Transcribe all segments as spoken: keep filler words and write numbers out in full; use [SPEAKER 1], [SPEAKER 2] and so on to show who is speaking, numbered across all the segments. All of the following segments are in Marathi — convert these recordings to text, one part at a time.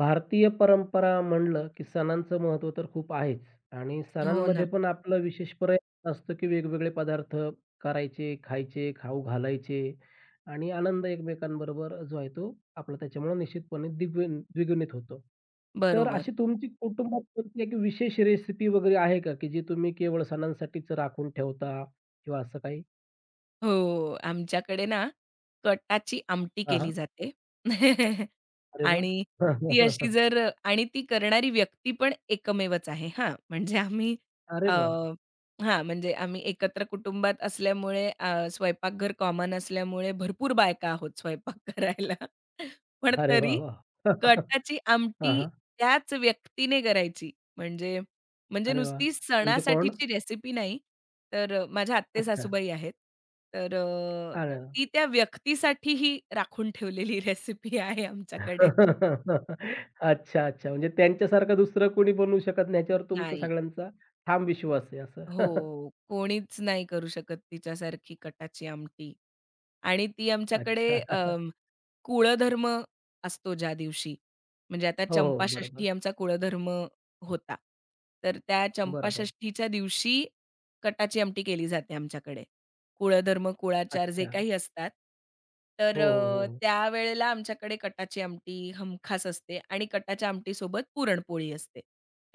[SPEAKER 1] भारतीय परंपरा म्हणलं, की सणांचं महत्त्व तर खूप आहेच आणि
[SPEAKER 2] हो
[SPEAKER 1] सणांमध्ये
[SPEAKER 2] ना,
[SPEAKER 1] पण आपला विशेष प्रयत्न असतो, की वेगवेगळे पदार्थ करायचे, खायचे, खाऊ घालायचे आणि आनंद एकमेकांबरोबर जो आहे तो आपला त्याच्यामुळे निश्चितपणे द्विगुण द्विगुणित होतो. तर
[SPEAKER 2] बरोबर.
[SPEAKER 1] अशी तुमची कुटुंबात कोणती एक विशेष रेसिपी वगैरे आहे का, की जी तुम्ही केवळ सणांसाठीच राखून ठेवता किंवा असं काही?
[SPEAKER 2] हो, आमच्याकडे ना कटाची आमटी
[SPEAKER 1] हां, हां.
[SPEAKER 2] केली जाते.
[SPEAKER 1] अरे वाह!
[SPEAKER 2] आणि ती अशी जर आणि ती करणारी व्यक्ती पण एकमेवच आहे हां. म्हणजे आम्ही
[SPEAKER 1] अरे
[SPEAKER 2] अ,
[SPEAKER 1] वाह!
[SPEAKER 2] हां, म्हणजे आम्ही एकत्र कुटुंबात असल्यामुळे अ, स्वयंपाकघर कॉमन असल्यामुळे भरपूर बायका आहोत स्वयंपाक करायला. पण
[SPEAKER 1] अरे वाह,
[SPEAKER 2] तरी
[SPEAKER 1] वाह!
[SPEAKER 2] कटाची
[SPEAKER 1] हां,
[SPEAKER 2] आमटी
[SPEAKER 1] हां.
[SPEAKER 2] त्याच व्यक्तीने करायची. म्हणजे म्हणजे
[SPEAKER 1] अरे वाह!
[SPEAKER 2] नुसती
[SPEAKER 1] म्हणजे कोण?
[SPEAKER 2] सणासाठीची रेसिपी नाही, तर अ, माझ्या
[SPEAKER 1] अच्छा.
[SPEAKER 2] आत्ते-सासूबाई आहेत. तर अ,
[SPEAKER 1] आलं.
[SPEAKER 2] ती त्या व्यक्तीसाठीही राखून ठेवलेली रेसिपी आहे आमच्याकडे.
[SPEAKER 1] अच्छा, अच्छा. म्हणजे त्यांच्यासारखं दुसरं कोणी बनवू शकत नाही याच्यावर तुमचा
[SPEAKER 2] नाही.
[SPEAKER 1] सगळ्यांचा ठाम विश्वास आहे असं.
[SPEAKER 2] हो. कोणीच नाही करू शकत तिच्यासारखी कटाची आमटी आणि ती आमच्याकडे
[SPEAKER 1] अच्छा.
[SPEAKER 2] अ कुळधर्म असतो ज्या दिवशी, म्हणजे आता
[SPEAKER 1] हो, हो. बरोबर,
[SPEAKER 2] चंपाषष्ठी आमचा कुळधर्म होता. तर त्या
[SPEAKER 1] बरोबर.
[SPEAKER 2] चंपाषष्ठीच्या दिवशी कटाची आमटी केली जाते आमच्याकडे. कुळधर्म, कुळाचार जे
[SPEAKER 1] अच्छा.
[SPEAKER 2] काही असतात. तर
[SPEAKER 1] हो, हो,
[SPEAKER 2] अ,
[SPEAKER 1] हो.
[SPEAKER 2] त्यावेळेला आमच्याकडे कटाची आमटी हमखास असते आणि कटाच्या आमटीसोबत पुरणपोळी असते.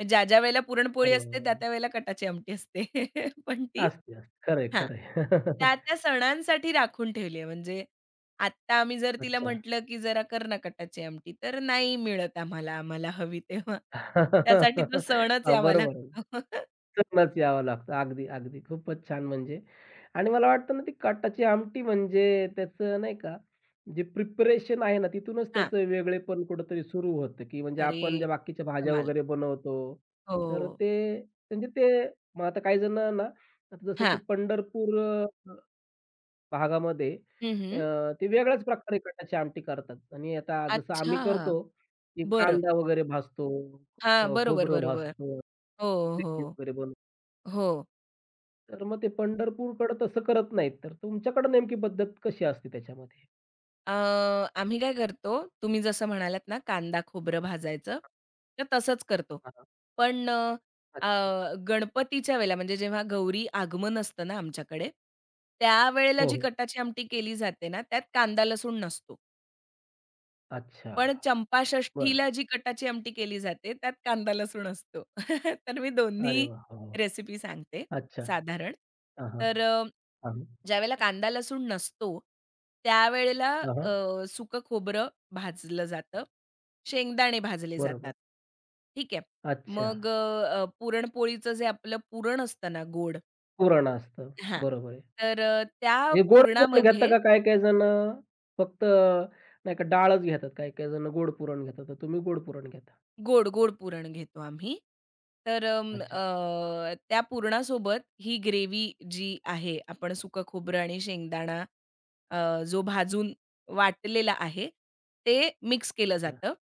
[SPEAKER 2] ज्या-ज्या वेळेला पुरणपोळी
[SPEAKER 1] अरे वाह,
[SPEAKER 2] असते,
[SPEAKER 1] वाह, वाह!
[SPEAKER 2] त्या-त्या वेळेला कटाची आमटी असते. पण ती
[SPEAKER 1] असते, असते.
[SPEAKER 2] हां.
[SPEAKER 1] खरं आहे.
[SPEAKER 2] त्या, त्या सणांसाठी राखून ठेवली आहे. म्हणजे आत्ता आम्ही जर तिला
[SPEAKER 1] अच्छा.
[SPEAKER 2] म्हटलं, की "जरा कर ना कटाची आमटी," तर नाही मिळत आम्हाला, आम्हाला हवी तेव्हा. त्यासाठी तो सणच
[SPEAKER 1] हां,
[SPEAKER 2] यावा
[SPEAKER 1] बरोबर आहे.
[SPEAKER 2] लागतो.
[SPEAKER 1] चलनाच यावं लागतं. अगदी, अगदी. खूपच छान म्हणजे. आणि मला वाटतं ना, ती कटाची आमटी म्हणजे त्याचं नाही का, जे प्रिपरेशन आहे ना, तिथूनच
[SPEAKER 2] हां.
[SPEAKER 1] त्याचं वेगळेपण कुठेतरी सुरू होतं, की म्हणजे
[SPEAKER 2] अरे
[SPEAKER 1] आपण ज्या बाकीच्या भाज्या
[SPEAKER 2] कमाल!
[SPEAKER 1] वगैरे बनवतो, तर
[SPEAKER 2] हो.
[SPEAKER 1] ते म्हणजे ते मग आता काही जण ना, आता जसं की
[SPEAKER 2] हां.
[SPEAKER 1] पंढरपूर भागामध्ये,
[SPEAKER 2] हं,
[SPEAKER 1] अ,
[SPEAKER 2] हं.
[SPEAKER 1] ते वेगळ्याच प्रकारे कटाची आमटी करतात आणि आता जसं आम्ही
[SPEAKER 2] अच्छा.
[SPEAKER 1] करतो, की
[SPEAKER 2] बरं.
[SPEAKER 1] कांदा वगैरे भाजतो,
[SPEAKER 2] हां.
[SPEAKER 1] अ,
[SPEAKER 2] बरोबर,
[SPEAKER 1] खोबरं
[SPEAKER 2] बरोबर.
[SPEAKER 1] भाजतो,
[SPEAKER 2] हो, हो.
[SPEAKER 1] ते वगैरे बनवतो.
[SPEAKER 2] हो.
[SPEAKER 1] तर मग ते पंढरपूरकडे तसं करत नाहीत. तर तुमच्याकडे नेमकी पद्धत कशी असते त्याच्यामध्ये?
[SPEAKER 2] अ, आम्ही काय करतो, तुम्ही जसं म्हणालात ना कांदा, खोबरं भाजायचं, तर तसंच करतो.
[SPEAKER 1] हां,
[SPEAKER 2] पण अ,
[SPEAKER 1] अच्छा.
[SPEAKER 2] अ, गणपतीच्या वेळेला म्हणजे जेव्हा गौरी आगमन असतं ना आमच्याकडे, त्यावेळेला
[SPEAKER 1] हो,
[SPEAKER 2] जी
[SPEAKER 1] हो.
[SPEAKER 2] कटाची आमटी केली जाते ना, त्यात कांदा लसूण नसतो.
[SPEAKER 1] अच्छा.
[SPEAKER 2] पण
[SPEAKER 1] बरं.
[SPEAKER 2] चंपाषष्ठीला जी कटाची आमटी केली जाते, त्यात कांदा लसूण असतो. तर मी
[SPEAKER 1] अरे
[SPEAKER 2] दोन्ही
[SPEAKER 1] वाह! वाह! वाह!
[SPEAKER 2] रेसिपी सांगते
[SPEAKER 1] अच्छा.
[SPEAKER 2] साधारण.
[SPEAKER 1] हां, हां.
[SPEAKER 2] तर अ,
[SPEAKER 1] हां, हां.
[SPEAKER 2] ज्यावेळेला कांदा लसूण नसतो, त्यावेळेला अ, सुकं खोबरं भाजलं जातं, शेंगदाणे भाजले जातात.
[SPEAKER 1] बरोबर.
[SPEAKER 2] ठीक आहे.
[SPEAKER 1] अच्छा.
[SPEAKER 2] मग अ, पुरणपोळीचं जे आपलं पुरण असतं ना गोड
[SPEAKER 1] पुराण असतं.
[SPEAKER 2] हां.
[SPEAKER 1] बरोबर आहे.
[SPEAKER 2] तर अ, त्या
[SPEAKER 1] हे गोड पुरण घेता
[SPEAKER 2] पुरणामध्ये
[SPEAKER 1] का काही-काही जणं, फक्त नाही का डाळच घेतात, काही-काही जणं गोड पुरण घेतात, तर तुम्ही गोड पुरण घेता.
[SPEAKER 2] गोड, गोड पुरण घेतो आम्ही. तर अं,
[SPEAKER 1] अच्छा,
[SPEAKER 2] अ, त्या पुरणासोबत ही ग्रेव्ही जी आहे, आपण सुकं खोबरं आणि शेंगदाणा अ, जो भाजून वाटलेला आहे, ते मिक्स केलं
[SPEAKER 1] अच्छा.
[SPEAKER 2] जातं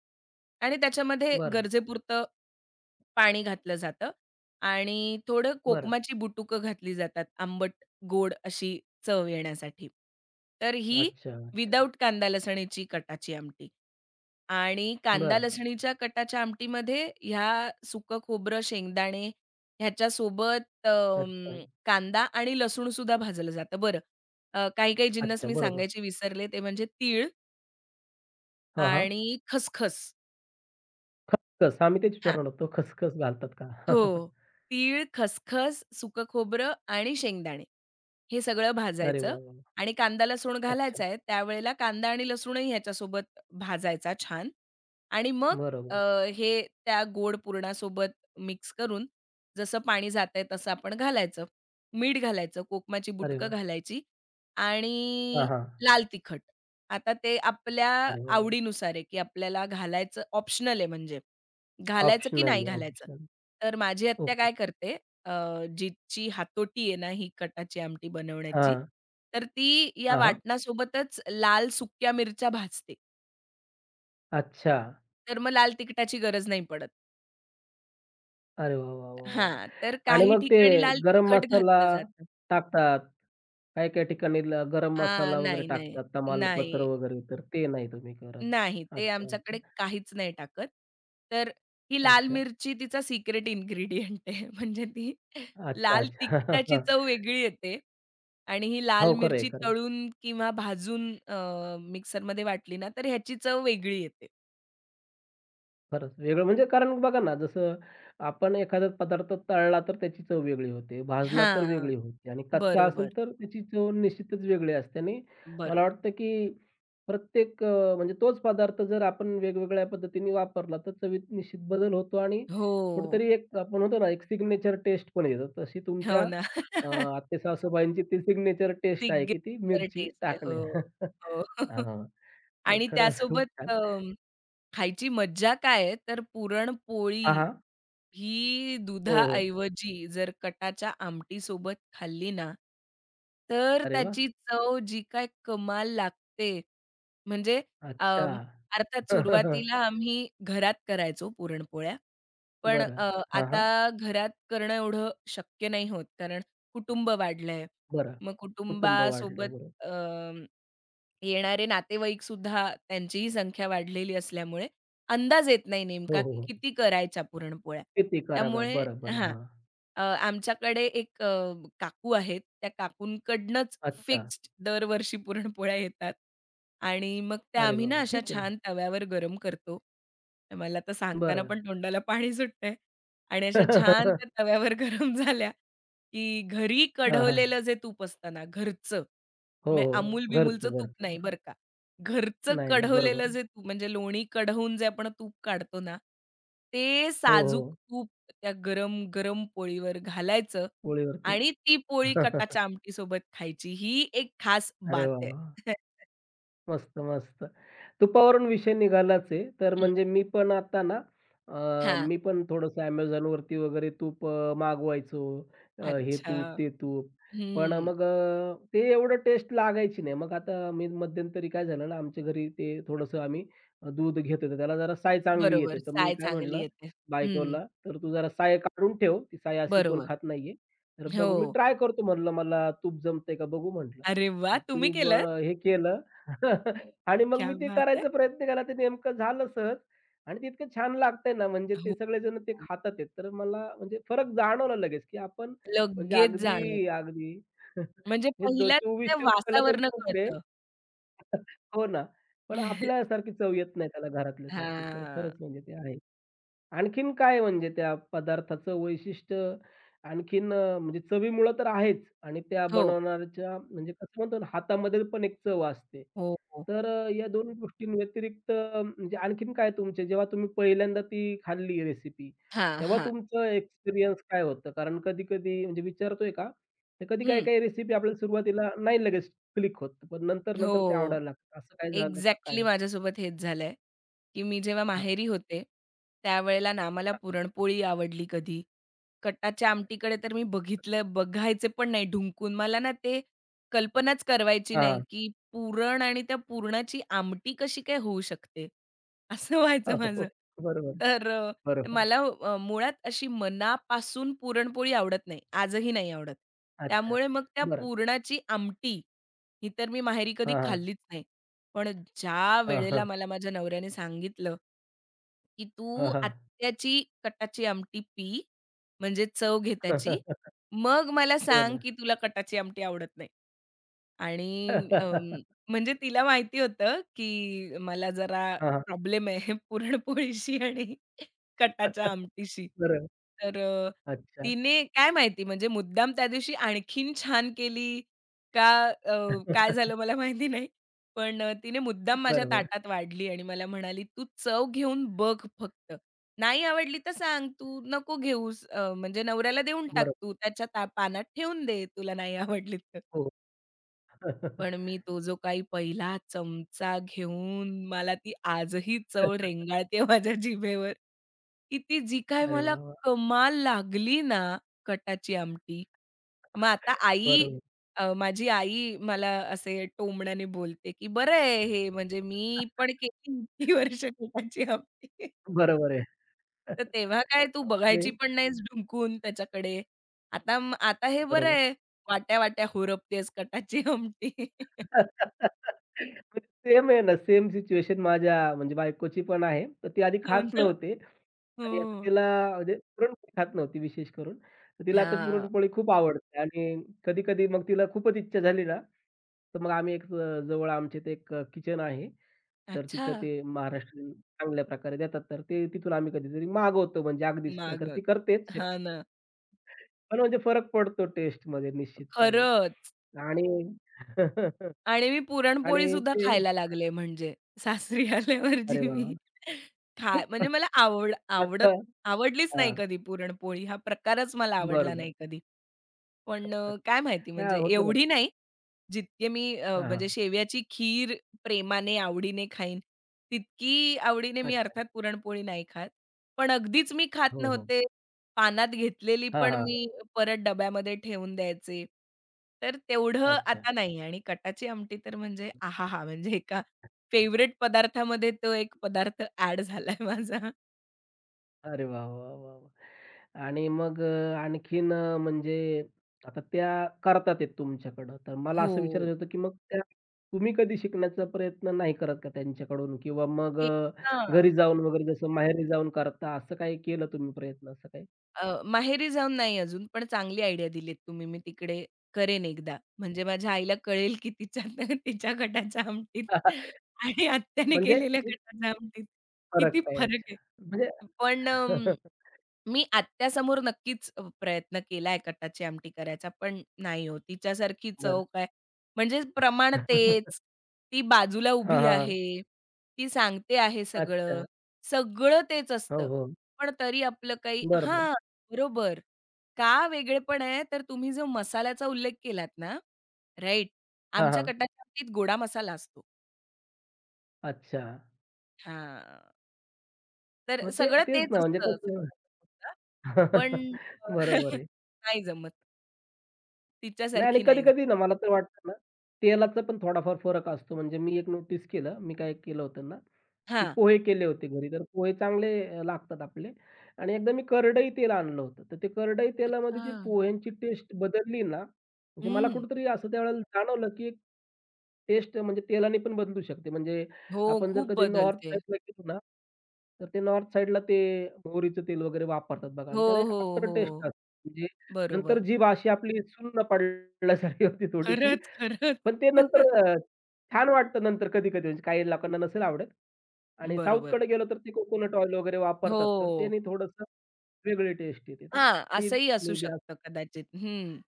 [SPEAKER 2] आणि त्याच्यामध्ये
[SPEAKER 1] बरं,
[SPEAKER 2] गरजेपुरतं पाणी घातलं जातं आणि थोडं
[SPEAKER 1] बरं.
[SPEAKER 2] कोकमाची बुटुकं घातली जातात, आंबट, गोड अशी चव येण्यासाठी. तर ही
[SPEAKER 1] अच्छा, अच्छा.
[SPEAKER 2] विदाऊट कांदा लसणीची कटाची आमटी. आणि कांदा
[SPEAKER 1] बरं.
[SPEAKER 2] लसणीच्या कटाच्या आमटीमध्ये ह्या सुकं खोबरं, शेंगदाणे ह्याच्यासोबत
[SPEAKER 1] अच्छा,
[SPEAKER 2] अं, कांदा आणि लसूणसुद्धा भाजलं जातं. बरं, अ, काही-काही जिन्नस
[SPEAKER 1] अच्छा.
[SPEAKER 2] मी
[SPEAKER 1] बरोबर.
[SPEAKER 2] सांगायचे विसरले ते म्हणजे तीळ
[SPEAKER 1] हां, हां.
[SPEAKER 2] आणि खसखस.
[SPEAKER 1] खसखस आम्ही तेच
[SPEAKER 2] हां.
[SPEAKER 1] विचारणार होतो, खसखस घालतात का?
[SPEAKER 2] हो. तीळ, खसखस, सुकं खोबरं आणि शेंगदाणे. हे सगळं
[SPEAKER 1] अरे
[SPEAKER 2] भाजायचं
[SPEAKER 1] वाह, वाह, वाह!
[SPEAKER 2] आणि कांदा लसूण
[SPEAKER 1] अच्छा.
[SPEAKER 2] घालायचा आहे. त्यावेळेला कांदा आणि लसूणही ह्याच्यासोबत भाजायचा छान आणि मग अ,
[SPEAKER 1] बरोबर आहे.
[SPEAKER 2] हे त्या गोड पुरणासोबत मिक्स करून जसं पाणी जातंय तसं आपण घालायचं. मीठ घालायचं, कोकमाची
[SPEAKER 1] अरे
[SPEAKER 2] बुटकं
[SPEAKER 1] वाह!
[SPEAKER 2] घालायची
[SPEAKER 1] हां,
[SPEAKER 2] आणि
[SPEAKER 1] हां.
[SPEAKER 2] लाल तिखट. आता ते आपल्या
[SPEAKER 1] अरे वाह, वाह!
[SPEAKER 2] आवडीनुसार आहे, की आपल्याला घालायचं ऑप्शनल आहे म्हणजे. घालायचं की नाही
[SPEAKER 1] ऑप्शनल आहे,
[SPEAKER 2] घालायचं.
[SPEAKER 1] ऑप्शनल.
[SPEAKER 2] तर माझी आत्या
[SPEAKER 1] ओके.
[SPEAKER 2] काय करते अ, जिची हातोटी आहे ना, ही कटाची आमटी बनवण्याची,
[SPEAKER 1] हां.
[SPEAKER 2] तर ती या
[SPEAKER 1] हां, हां.
[SPEAKER 2] वाटणासोबतच लाल सुक्या मिरच्या भाजते.
[SPEAKER 1] अच्छा.
[SPEAKER 2] तर मग लाल तिखटाची गरज नाही पडत.
[SPEAKER 1] अरे वाह, वाह, वाह, वाह!
[SPEAKER 2] हां, तर
[SPEAKER 1] आणि
[SPEAKER 2] काही
[SPEAKER 1] मग ते
[SPEAKER 2] ठिकाणी लाल
[SPEAKER 1] गरम
[SPEAKER 2] तिखट
[SPEAKER 1] मसाला
[SPEAKER 2] घातलं जातं.
[SPEAKER 1] टाकतात. काही-काही ठिकाणी ल गरम
[SPEAKER 2] हां,
[SPEAKER 1] मसाला वगैरे
[SPEAKER 2] नाही, नाही.
[SPEAKER 1] टाकतात,
[SPEAKER 2] नाही.
[SPEAKER 1] तमालपत्र वगैरे, तर ते नाही तुम्ही करत.
[SPEAKER 2] नाही, ते
[SPEAKER 1] अच्छा,
[SPEAKER 2] आमच्याकडे
[SPEAKER 1] अच्छा.
[SPEAKER 2] काहीच नाही टाकत. तर ही लाल
[SPEAKER 1] अच्छा,
[SPEAKER 2] मिरची तिचा सिक्रेट इन्ग्रीडियंट आहे. म्हणजे ती
[SPEAKER 1] अच्छा,
[SPEAKER 2] लाल तिखटाची
[SPEAKER 1] अच्छा.
[SPEAKER 2] चव वेगळी येते आणि ही लाल
[SPEAKER 1] हो, खरं आहे,
[SPEAKER 2] मिरची
[SPEAKER 1] खरं आहे.
[SPEAKER 2] तळून किंवा भाजून अ, मिक्सरमध्ये वाटली ना, तर ह्याची चव वेगळी येते.
[SPEAKER 1] खरंच, वेगळं म्हणजे कारण बघा ना, जसं आपण एखादा पदार्थ तळला तर त्याची चव वेगळी होते, भाजला
[SPEAKER 2] हा
[SPEAKER 1] तर वेगळी होते आणि कच्चा
[SPEAKER 2] बरोबर,
[SPEAKER 1] असेल तर त्याची चव निश्चितच वेगळी असते आणि मला
[SPEAKER 2] बरोबर.
[SPEAKER 1] वाटतं की प्रत्येक, अ, म्हणजे तोच पदार्थ जर आपण वेगवेगळ्या पद्धतीने वापरला तर चवीत निश्चित बदल होतो आणि
[SPEAKER 2] हो,
[SPEAKER 1] कुठेतरी एक आपण म्हणतो ना, एक सिग्नेचर टेस्ट पण येतो. तशी
[SPEAKER 2] हो
[SPEAKER 1] तुमच्या,
[SPEAKER 2] ना.
[SPEAKER 1] अ, आत्ते-सासूबाईंची ती सिग्नेचर टेस्ट आहे की ती
[SPEAKER 2] सिग्नेचर
[SPEAKER 1] मिरची
[SPEAKER 2] टेस्ट आहे.
[SPEAKER 1] टाकणे.
[SPEAKER 2] हो, हो.
[SPEAKER 1] हां, तर
[SPEAKER 2] आणि
[SPEAKER 1] खरंच खूप
[SPEAKER 2] त्यासोबत
[SPEAKER 1] छान.
[SPEAKER 2] अ, खायची मज्जा काय आहे, तर
[SPEAKER 1] हां,
[SPEAKER 2] पुरणपोळी
[SPEAKER 1] हां.
[SPEAKER 2] ही
[SPEAKER 1] हो, हो.
[SPEAKER 2] दुधाऐवजी जर कटाच्या आमटीसोबत खाल्ली ना, तर
[SPEAKER 1] अरे वाह!
[SPEAKER 2] त्याची चव जी काय कमाल लागते. म्हणजे
[SPEAKER 1] अच्छा.
[SPEAKER 2] अं, अर्थात सुरुवातीला आम्ही घरात करायचो पुरणपोळ्या. पण
[SPEAKER 1] बरं.
[SPEAKER 2] अ,
[SPEAKER 1] हां,
[SPEAKER 2] आता
[SPEAKER 1] हां.
[SPEAKER 2] घरात करणं एवढं शक्य नाही होत, कारण कुटुंब वाढलंय.
[SPEAKER 1] बरं.
[SPEAKER 2] मग
[SPEAKER 1] कुटुंब वाढले.
[SPEAKER 2] कुटुंबासोबत
[SPEAKER 1] बरोबर.
[SPEAKER 2] अ येणारे नातेवाईकसुद्धा त्यांचीही संख्या वाढलेली असल्यामुळे अंदाज येत नाही नेमका
[SPEAKER 1] हो, हो,
[SPEAKER 2] की
[SPEAKER 1] हो.
[SPEAKER 2] किती करायच्या पुरणपोळ्या.
[SPEAKER 1] किती कराव्या?
[SPEAKER 2] त्यामुळे
[SPEAKER 1] बरं, बरं.
[SPEAKER 2] हां.
[SPEAKER 1] हां.
[SPEAKER 2] अ, आमच्याकडे एक अ, काकू आहेत. त्या काकूंकडनंच
[SPEAKER 1] अच्छा.
[SPEAKER 2] फिक्स्ड दरवर्षी पुरणपोळ्या येतात आणि मग त्या
[SPEAKER 1] अरे
[SPEAKER 2] आम्ही ना
[SPEAKER 1] वाह,
[SPEAKER 2] अशा
[SPEAKER 1] ठीक आहे ना.
[SPEAKER 2] छान तव्यावर गरम करतो. मला तर सांगताना
[SPEAKER 1] बरं.
[SPEAKER 2] पण तोंडाला पाणी सुटतंय आणि अशा छान त्या तव्यावर गरम झाल्या, की घरी
[SPEAKER 1] हां, हां.
[SPEAKER 2] कढवलेलं जे तूप असतं ना घरचं
[SPEAKER 1] हो,
[SPEAKER 2] म्हणजे
[SPEAKER 1] हो.
[SPEAKER 2] Amul-बिमूलचं
[SPEAKER 1] घरचं,
[SPEAKER 2] तूप
[SPEAKER 1] घरचं.
[SPEAKER 2] नाही
[SPEAKER 1] बरोबर.
[SPEAKER 2] बरं का. घरचं
[SPEAKER 1] नाही, नाही. बरोबर
[SPEAKER 2] कढवलेलं
[SPEAKER 1] आहे.
[SPEAKER 2] जे तूप म्हणजे लोणी कढवून जे आपण तूप काढतो ना, ते
[SPEAKER 1] हो,
[SPEAKER 2] साजूक
[SPEAKER 1] हो.
[SPEAKER 2] तूप त्या गरम, गरम पोळीवर घालायचं
[SPEAKER 1] पोळीवरती.
[SPEAKER 2] आणि ती पोळी कटाच्या आमटीसोबत खायची. ही एक खास
[SPEAKER 1] अरे
[SPEAKER 2] बात
[SPEAKER 1] वाह,
[SPEAKER 2] आहे.
[SPEAKER 1] वाह! मस्त, मस्त. तुपावरून विषय निघालाच आहे. तर
[SPEAKER 2] हं.
[SPEAKER 1] म्हणजे मी पण आता ना, अ,
[SPEAKER 2] हां.
[SPEAKER 1] मी पण थोडंसं Amazonवरती वगैरे तूप, अ, मागवायचो. अ, हे
[SPEAKER 2] अच्छा.
[SPEAKER 1] तूप, ते तूप. पण
[SPEAKER 2] हं.
[SPEAKER 1] मग, अ, ते एवढं टेस्ट लागायची नाही. मग आता मी मध्यंतरी काय झालं ना, आमच्या घरी ते थोडंसं आम्ही दूध घेतो, तर त्याला जरा साय चांगली येते.
[SPEAKER 2] बरोबर.
[SPEAKER 1] तर मी
[SPEAKER 2] साय
[SPEAKER 1] काय
[SPEAKER 2] चांगली
[SPEAKER 1] म्हटलं
[SPEAKER 2] येते. हं.
[SPEAKER 1] बायकोला, "तर तू जरा साय काढून ठेव, ती साय अशी कोण
[SPEAKER 2] बरोबर.
[SPEAKER 1] खात नाहीये. तर
[SPEAKER 2] हो.
[SPEAKER 1] बघू." मी ट्राय करतो म्हणलं, "मला तूप जमतंय का बघू" म्हटलं.
[SPEAKER 2] अरे वाह!
[SPEAKER 1] मग
[SPEAKER 2] तुम्ही
[SPEAKER 1] तिने ब
[SPEAKER 2] केलंत?
[SPEAKER 1] हे केलं आणि मग
[SPEAKER 2] क्या
[SPEAKER 1] मी ते
[SPEAKER 2] बात है!
[SPEAKER 1] करायचा प्रयत्न केला, ते नेमकं झालं सहज आणि ते इतकं छान लागतंय ना, म्हणजे ते
[SPEAKER 2] हो.
[SPEAKER 1] सगळेजण ते खातात आहेत. तर मला म्हणजे फरक जाणवला लगेच, की आपण म्हणजे
[SPEAKER 2] लगेच
[SPEAKER 1] अगदी,
[SPEAKER 2] जाणवतं.
[SPEAKER 1] अगदी.
[SPEAKER 2] म्हणजे
[SPEAKER 1] हे दो
[SPEAKER 2] पहिल्याच त्या
[SPEAKER 1] ₹चोवीसशे रुपये ला पण
[SPEAKER 2] वासावरनं
[SPEAKER 1] तूप आहे.
[SPEAKER 2] कळतं.
[SPEAKER 1] हो ना. पण आपल्यासारखी चव येत नाही त्याला घरातल्यासारखी. तर
[SPEAKER 2] हां.
[SPEAKER 1] खरंच म्हणजे ते आहे. आणखीन काय म्हणजे त्या पदार्थाचं वैशिष्ट्य, आणखीन, अ, म्हणजे चवीमुळं तर आहेच आणि त्या
[SPEAKER 2] हो,
[SPEAKER 1] बनवणाऱ्याच्या म्हणजे कसं म्हणतो ना, हातामध्ये पण एक चव असते.
[SPEAKER 2] हो, हो.
[SPEAKER 1] तर, अ, या दोन गोष्टींव्यतिरिक्त, अ, म्हणजे आणखीन काय तुमचे जेव्हा तुम्ही पहिल्यांदा ती खाल्ली रेसिपी,
[SPEAKER 2] हां,
[SPEAKER 1] तेव्हा
[SPEAKER 2] हां.
[SPEAKER 1] तुमचं एक्सपिरियन्स काय होतं? कारण कधी-कधी म्हणजे विचारतोय का, तर कधी
[SPEAKER 2] हं.
[SPEAKER 1] काही-काही रेसिपी आपल्याला सुरुवातीला नाही लगेच क्लिक होत, पण नंतर-नंतर ते
[SPEAKER 2] हो.
[SPEAKER 1] आवडायला लागतं. असं काय झालं का काय
[SPEAKER 2] एक्झॅक्टली
[SPEAKER 1] होतं?
[SPEAKER 2] माझ्यासोबत हेच झालंय, की मी जेव्हा
[SPEAKER 1] हां,
[SPEAKER 2] माहेरी होते, त्यावेळेला ना आम्हाला
[SPEAKER 1] हां.
[SPEAKER 2] पुरणपोळी आवडली कधी. कटाच्या आमटीकडे तर मी बघितलं बघायचे पण नाही ढुंकून. मला ना ते कल्पनाच करवायची नाही,
[SPEAKER 1] हां.
[SPEAKER 2] की पुरण आणि त्या पुरणाची आमटी कशी काय होऊ शकते? असं व्हायचं
[SPEAKER 1] हो, हो.
[SPEAKER 2] माझं.
[SPEAKER 1] हो, बरोबर,
[SPEAKER 2] तर अ,
[SPEAKER 1] बरोबर.
[SPEAKER 2] मला अ, मुळात अशी मनापासून पुरणपोळी आवडत नाही. आजही नाही आवडत.
[SPEAKER 1] अच्छा.
[SPEAKER 2] त्यामुळे मग त्या
[SPEAKER 1] बरं.
[SPEAKER 2] पुरणाची आमटी, ही तर मी माहेरी कधी
[SPEAKER 1] हां, हां.
[SPEAKER 2] खाल्लीच नाही. पण ज्या
[SPEAKER 1] हां,
[SPEAKER 2] वेळेला
[SPEAKER 1] हां.
[SPEAKER 2] मला माझ्या नवऱ्याने सांगितलं, की
[SPEAKER 1] हां,
[SPEAKER 2] "तू
[SPEAKER 1] हां.
[SPEAKER 2] आत्याची कटाची आमटी पी, म्हणजे चव घे त्याची. मग मला
[SPEAKER 1] हो
[SPEAKER 2] सांग,
[SPEAKER 1] ना.
[SPEAKER 2] की तुला कटाची आमटी आवडत नाही." आणि अं, म्हणजे तिला माहिती होतं, की मला जरा
[SPEAKER 1] हां, हां.
[SPEAKER 2] प्रॉब्लेम आहे पुरणपोळीशी आणि कटाच्या आमटीशी.
[SPEAKER 1] बरं.
[SPEAKER 2] तर अ,
[SPEAKER 1] अच्छा.
[SPEAKER 2] तिने काय माहिती म्हणजे मुद्दाम त्या दिवशी आणखीन छान केली का अ, काय झालं मला माहिती नाही. पण अ, तिने मुद्दाम माझ्या
[SPEAKER 1] बरं, बरं.
[SPEAKER 2] ताटात वाढली आणि मला म्हणाली, "तू चव घेऊन बघ फक्त. नाही आवडली तर सांग, तू नको घेऊस. अ, म्हणजे नवऱ्याला देऊन टाक
[SPEAKER 1] बरं.
[SPEAKER 2] तू. त्याच्या ता पानात ठेवून दे तुला नाही आवडली तर."
[SPEAKER 1] हो.
[SPEAKER 2] पण मी तो जो काही पहिला चमचा घेऊन मला ती आजही चव रेंगाळते माझ्या जिभेवर. की ती जी काय
[SPEAKER 1] अरे
[SPEAKER 2] मला
[SPEAKER 1] वाह, वाह!
[SPEAKER 2] कमाल लागली ना कटाची आमटी. मग आता आई
[SPEAKER 1] बरोबर.
[SPEAKER 2] अ, माझी आई मला असे टोमण्याने बोलते, की "बरं आहे हे म्हणजे मी पण केली इतकी वर्ष कटाची आमटी."
[SPEAKER 1] बरोबर आहे.
[SPEAKER 2] तर तेव्हा काय तू
[SPEAKER 1] म्हणजे
[SPEAKER 2] बघायची पण नाहीस ढुंकून त्याच्याकडे. आता आता हे बरं
[SPEAKER 1] बरोबर.
[SPEAKER 2] आहे वाट्या-वाट्या हुरपतेस कटाची आमटी.
[SPEAKER 1] सेम आहे ना, सेम सिच्युएशन माझ्या म्हणजे बायकोची पण आहे. तर ती आधी
[SPEAKER 2] हो
[SPEAKER 1] खात
[SPEAKER 2] ना.
[SPEAKER 1] नव्हते
[SPEAKER 2] हो.
[SPEAKER 1] आणि आता तिला म्हणजे पुरणपोळी खात नव्हती विशेष करून. तर तिला आता
[SPEAKER 2] हां.
[SPEAKER 1] पुरणपोळी खूप आवडते आणि कधी-कधी मग तिला खूपच इच्छा झाली ना, तर मग आम्ही एक, अ, जवळ आमच्या इथे एक, अ, किचन आहे. तर
[SPEAKER 2] अच्छा!
[SPEAKER 1] तिथं ते महाराष्ट्रीयन चांगल्या प्रकारे देतात. तर ते तिथून आम्ही कधीतरी मागवतो म्हणजे अगदीच. नाहीतर
[SPEAKER 2] मागं.
[SPEAKER 1] ती करतेच
[SPEAKER 2] हां ना.
[SPEAKER 1] शक्यतो. पण म्हणजे फरक पडतो टेस्टमध्ये निश्चितपणे
[SPEAKER 2] खरंच.
[SPEAKER 1] आणि
[SPEAKER 2] आणि मी
[SPEAKER 1] आणि
[SPEAKER 2] पुरणपोळीसुद्धा
[SPEAKER 1] ते
[SPEAKER 2] खायला लागले म्हणजे सासरी आल्यावर
[SPEAKER 1] अरे
[SPEAKER 2] जी मी
[SPEAKER 1] वाह!
[SPEAKER 2] खा म्हणजे मला आवड
[SPEAKER 1] मस्त.
[SPEAKER 2] आवडत आवडलीच नाही
[SPEAKER 1] हां,
[SPEAKER 2] कधी पुरणपोळी. हा प्रकारच मला आवडला नाही
[SPEAKER 1] बरोबर.
[SPEAKER 2] कधी. पण अ, काय माहिती म्हणजे
[SPEAKER 1] हां, होतं ना.
[SPEAKER 2] एवढी नाही, जितके मी अ,
[SPEAKER 1] हां,
[SPEAKER 2] म्हणजे
[SPEAKER 1] हां.
[SPEAKER 2] शेवयाची खीर प्रेमाने, आवडीने खाईन, तितकी आवडीने मी
[SPEAKER 1] अच्छा.
[SPEAKER 2] अर्थात पुरणपोळी नाही खात. पण अगदीच मी खात
[SPEAKER 1] हो, हो.
[SPEAKER 2] नव्हते. पानात घेतलेली
[SPEAKER 1] हां,
[SPEAKER 2] पण
[SPEAKER 1] हां.
[SPEAKER 2] मी परत डब्यामध्ये ठेवून द्यायचे. तर तेवढं
[SPEAKER 1] अच्छा.
[SPEAKER 2] आता नाही आणि कटाची आमटी तर म्हणजे आहाहा! म्हणजे एका फेव्हरेट पदार्थामध्ये तो एक पदार्थ ॲड झालाय माझा.
[SPEAKER 1] अरे वाह, वाह, वाह, वाह! आणि मग, अ, आणखीन, अ, म्हणजे आता त्या करतात आहेत तुमच्याकडं. तर मला असं
[SPEAKER 2] हो.
[SPEAKER 1] विचारायचं होतं, की मग त्या तुम्ही कधी शिकण्याचा प्रयत्न नाही करत का त्यांच्याकडून? किंवा मग,
[SPEAKER 2] हे
[SPEAKER 1] अ,
[SPEAKER 2] हां.
[SPEAKER 1] घरी जाऊन वगैरे जसं माहेरी जाऊन करता, असं काही केलं तुम्ही प्रयत्न असं काही?
[SPEAKER 2] अ, माहेरी जाऊन नाही अजून, पण चांगली आयडिया दिलीत तुम्ही. मी तिकडे करेन एकदा. म्हणजे माझ्या आईला कळेल, की तिच्या तिच्या गटाच्या आमटीत आणि आत्याने
[SPEAKER 1] म्हणजे
[SPEAKER 2] केलेल्या गटाच्या आमटीत
[SPEAKER 1] फरक
[SPEAKER 2] किती
[SPEAKER 1] काय?
[SPEAKER 2] फरक
[SPEAKER 1] अच्छा.
[SPEAKER 2] आहे.
[SPEAKER 1] म्हणजे
[SPEAKER 2] पण अं, मी आत्यासमोर नक्कीच अ, प्रयत्न केलाय कटाची आमटी करायचा, पण नाही हो तिच्यासारखी
[SPEAKER 1] बरं.
[SPEAKER 2] चव काय. म्हणजे प्रमाण तेच, ती बाजूला
[SPEAKER 1] हां,
[SPEAKER 2] उभी
[SPEAKER 1] हां.
[SPEAKER 2] आहे, ती सांगते आहे सगळं.
[SPEAKER 1] अच्छा.
[SPEAKER 2] सगळं तेच
[SPEAKER 1] हो,
[SPEAKER 2] असतं.
[SPEAKER 1] हो.
[SPEAKER 2] पण तरी आपलं काही
[SPEAKER 1] बरोबर.
[SPEAKER 2] हां, बरोबर. का वेगळेपण आहे तर तुम्ही जो मसाल्याचा उल्लेख केलात ना, राइट.
[SPEAKER 1] हां,
[SPEAKER 2] आमच्या
[SPEAKER 1] हां.
[SPEAKER 2] कटाच्या आमटीत गोडा मसाला असतो.
[SPEAKER 1] अच्छा.
[SPEAKER 2] हां, तर
[SPEAKER 1] मग ते
[SPEAKER 2] सगळं
[SPEAKER 1] तेच
[SPEAKER 2] तेच
[SPEAKER 1] ना म्हणजे
[SPEAKER 2] असतं.
[SPEAKER 1] कसं.
[SPEAKER 2] पण अ,
[SPEAKER 1] बरोबर आहे.
[SPEAKER 2] नाही जमत.
[SPEAKER 1] नाही आणि
[SPEAKER 2] तिच्यासारखी नाही झा
[SPEAKER 1] कधी-कधी ना मला तर वाटतं ना, तेलाचा पण थोडाफार फरक असतो. म्हणजे मी एक नोटीस केलं, मी काय केलं होतं ना, की
[SPEAKER 2] हां.
[SPEAKER 1] पोहे केले होते घरी, तर पोहे चांगले, अ, लागतात आपले आणि एकदा मी करडई तेल आणलं होतं. तर ते करडई
[SPEAKER 2] अच्छा.
[SPEAKER 1] तेलामध्ये जी पोह्यांची टेस्ट बदलली ना, म्हणजे मला
[SPEAKER 2] हं.
[SPEAKER 1] कुठेतरी असं त्यावेळेला जाणवलं, की एक टेस्ट म्हणजे तेलाने पण बदलू शकते. म्हणजे
[SPEAKER 2] हो,
[SPEAKER 1] आपण जर
[SPEAKER 2] खूप
[SPEAKER 1] कधी नॉर्थ
[SPEAKER 2] बदलते.
[SPEAKER 1] साईडला गेलो ना, तर ते नॉर्थ साईडला ते मोहरीचं तेल वगैरे वापरतात बघा
[SPEAKER 2] हो,
[SPEAKER 1] आणि त्याला एक
[SPEAKER 2] हो,
[SPEAKER 1] आफ्टर
[SPEAKER 2] हो.
[SPEAKER 1] टेस्ट असते. म्हणजे
[SPEAKER 2] बरोबर.
[SPEAKER 1] नंतर जी अशी आपली सुन्न पडल्यासारखी होती थोडीशी.
[SPEAKER 2] खरंच, खरंच.
[SPEAKER 1] पण ते नंतर, अ, छान वाटतं नंतर कधी-कधी म्हणजे काही लोकांना नसेल आवडत आणि
[SPEAKER 2] बरोबर.
[SPEAKER 1] साऊथकडे गेलो तर ते कोकोनट ऑइल वगैरे वापरतात. तर
[SPEAKER 2] हो.
[SPEAKER 1] त्याने थोडंसं वेगळी टेस्ट येते. तर
[SPEAKER 2] हां,
[SPEAKER 1] ते
[SPEAKER 2] असंही असू
[SPEAKER 1] मे बी.
[SPEAKER 2] शकतं कदाचित. हं,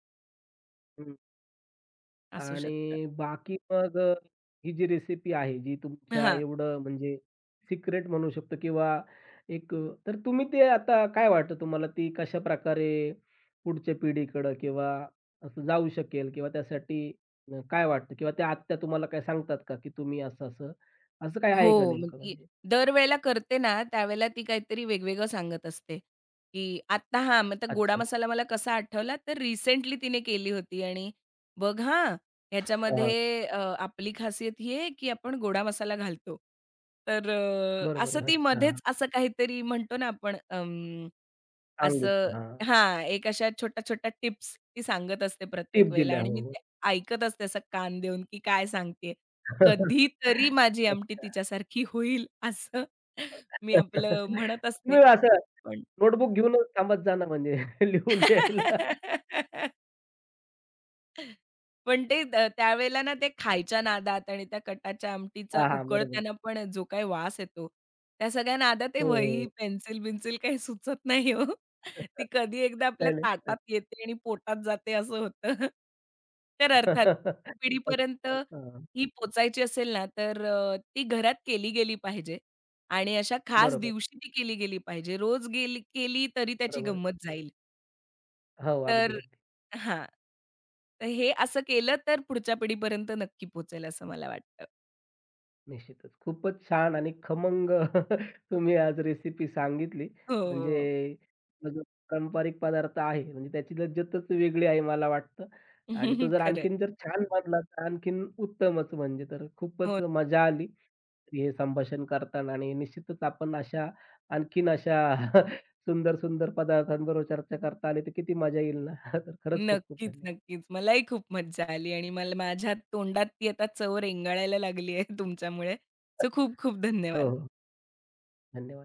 [SPEAKER 2] असू शकतं.
[SPEAKER 1] आणि बाकी मग, अ, ही जी रेसिपी आहे, जी तुमच्या
[SPEAKER 2] हां.
[SPEAKER 1] एवढं म्हणजे सिक्रेट म्हणू शकतो किंवा एक, अ, तर तुम्ही ते आता काय वाटतं तुम्हाला ती कशा प्रकारे पुढच्या पिढीकडं किंवा असं जाऊ शकेल किंवा त्यासाठी, अ, काय वाटतं किंवा त्या आत्या तुम्हाला काय सांगतात का, की तुम्ही असं-असं, असं असं काय आहे का
[SPEAKER 2] हो, मग
[SPEAKER 1] नेमकं
[SPEAKER 2] ती
[SPEAKER 1] म्हणजे?
[SPEAKER 2] दरवेळेला करते ना, त्यावेळेला ती काहीतरी वेगवेगळं सांगत असते, की "आत्ता हां, मग तो गोडा
[SPEAKER 1] अच्छा.
[SPEAKER 2] मसाला मला कसा आठवला, तर रिसेंटली तिने केली होती आणि बघ हां,
[SPEAKER 1] हां, हां.
[SPEAKER 2] ह्याच्यामध्ये अ, आपली खासियत ही आहे, की आपण गोडा मसाला घालतो." तर अ,
[SPEAKER 1] बरोबर
[SPEAKER 2] असं
[SPEAKER 1] आहे.
[SPEAKER 2] ती
[SPEAKER 1] अच्छा.
[SPEAKER 2] मध्येच असं काहीतरी म्हणतो ना आपण असं
[SPEAKER 1] सांगितलं. हां.
[SPEAKER 2] हां, एक अशा छोट्या-छोट्या टिप्स ती सांगत असते
[SPEAKER 1] टिप
[SPEAKER 2] प्रत्येक वेळेला
[SPEAKER 1] दिल्या.
[SPEAKER 2] आणि
[SPEAKER 1] हो,
[SPEAKER 2] मी
[SPEAKER 1] हो.
[SPEAKER 2] ते ऐकत असते असं कान देऊन, की काय सांगतेय. कधीतरी माझी आमटी तिच्यासारखी होईल असं मी
[SPEAKER 1] अच्छा.
[SPEAKER 2] आपलं म्हणत असते
[SPEAKER 1] तुम्ही असं
[SPEAKER 2] पण
[SPEAKER 1] नोटबुक घेऊनच थांबत जा ना म्हणजे. लिहून घ्यायला.
[SPEAKER 2] पण ते अ, त्यावेळेला ना ते खायच्या नादात आणि त्या कटाच्या आमटीचा
[SPEAKER 1] हां, हां. बरोबर
[SPEAKER 2] उकळताना
[SPEAKER 1] आहे.
[SPEAKER 2] पण जो काही वास येतो, त्या सगळ्या नादात ते
[SPEAKER 1] हो,
[SPEAKER 2] वही,
[SPEAKER 1] हो.
[SPEAKER 2] पेन्सिल-बिन्सिल काही सुचत नाही हो. ती कधी एकदा आपल्या
[SPEAKER 1] नाही, नाही. नाही.
[SPEAKER 2] ताटात येते आणि पोटात जाते असं होतं. तर अर्थात पुढच्या पिढीपर्यंत
[SPEAKER 1] अच्छा.
[SPEAKER 2] ही पोहोचायची असेल ना, तर अ, ती घरात केली गेली पाहिजे आणि अशा खास
[SPEAKER 1] बरोबर,
[SPEAKER 2] दिवशी ती केली गेली पाहिजे. रोज गेली केली तरी त्याची
[SPEAKER 1] बरोबर. आहे.
[SPEAKER 2] गंमत जाईल.
[SPEAKER 1] हो, अगदी,
[SPEAKER 2] तर
[SPEAKER 1] अगदी.
[SPEAKER 2] हां. तर हे असं केलं तर पुढच्या पिढीपर्यंत नक्की पोहोचेल असं मला वाटतं.
[SPEAKER 1] निश्चितच. खूपच छान आणि खमंग तुम्ही आज रेसिपी सांगितली. म्हणजे
[SPEAKER 2] हो.
[SPEAKER 1] हा जो पारंपरिक पदार्थ आहे म्हणजे त्याची लज्जतच वेगळी आहे मला वाटतं. आणि तो जर
[SPEAKER 2] खरंय.
[SPEAKER 1] आणखीन जर छान बनला तर आणखीन उत्तमच म्हणजे. तर
[SPEAKER 2] हो.
[SPEAKER 1] खूपच मजा आली हे संभाषण करताना आणि निश्चितच आपण अशा आणखीन अशा सुंदर, सुंदर पदार्थांबरोबर चर्चा करता आली तर किती मजा येईल ना. तर खरंच खूप खूप
[SPEAKER 2] नक्कीच,
[SPEAKER 1] धन्यवाद.
[SPEAKER 2] नक्कीच. मलाही खूप मज्जा आली आणि मला माझ्या तोंडात ती आता चव रेंगाळायला लागली आहे तुमच्यामुळे. सो खूप खूप
[SPEAKER 1] हो,
[SPEAKER 2] धन्यवाद.
[SPEAKER 1] हो. धन्यवाद.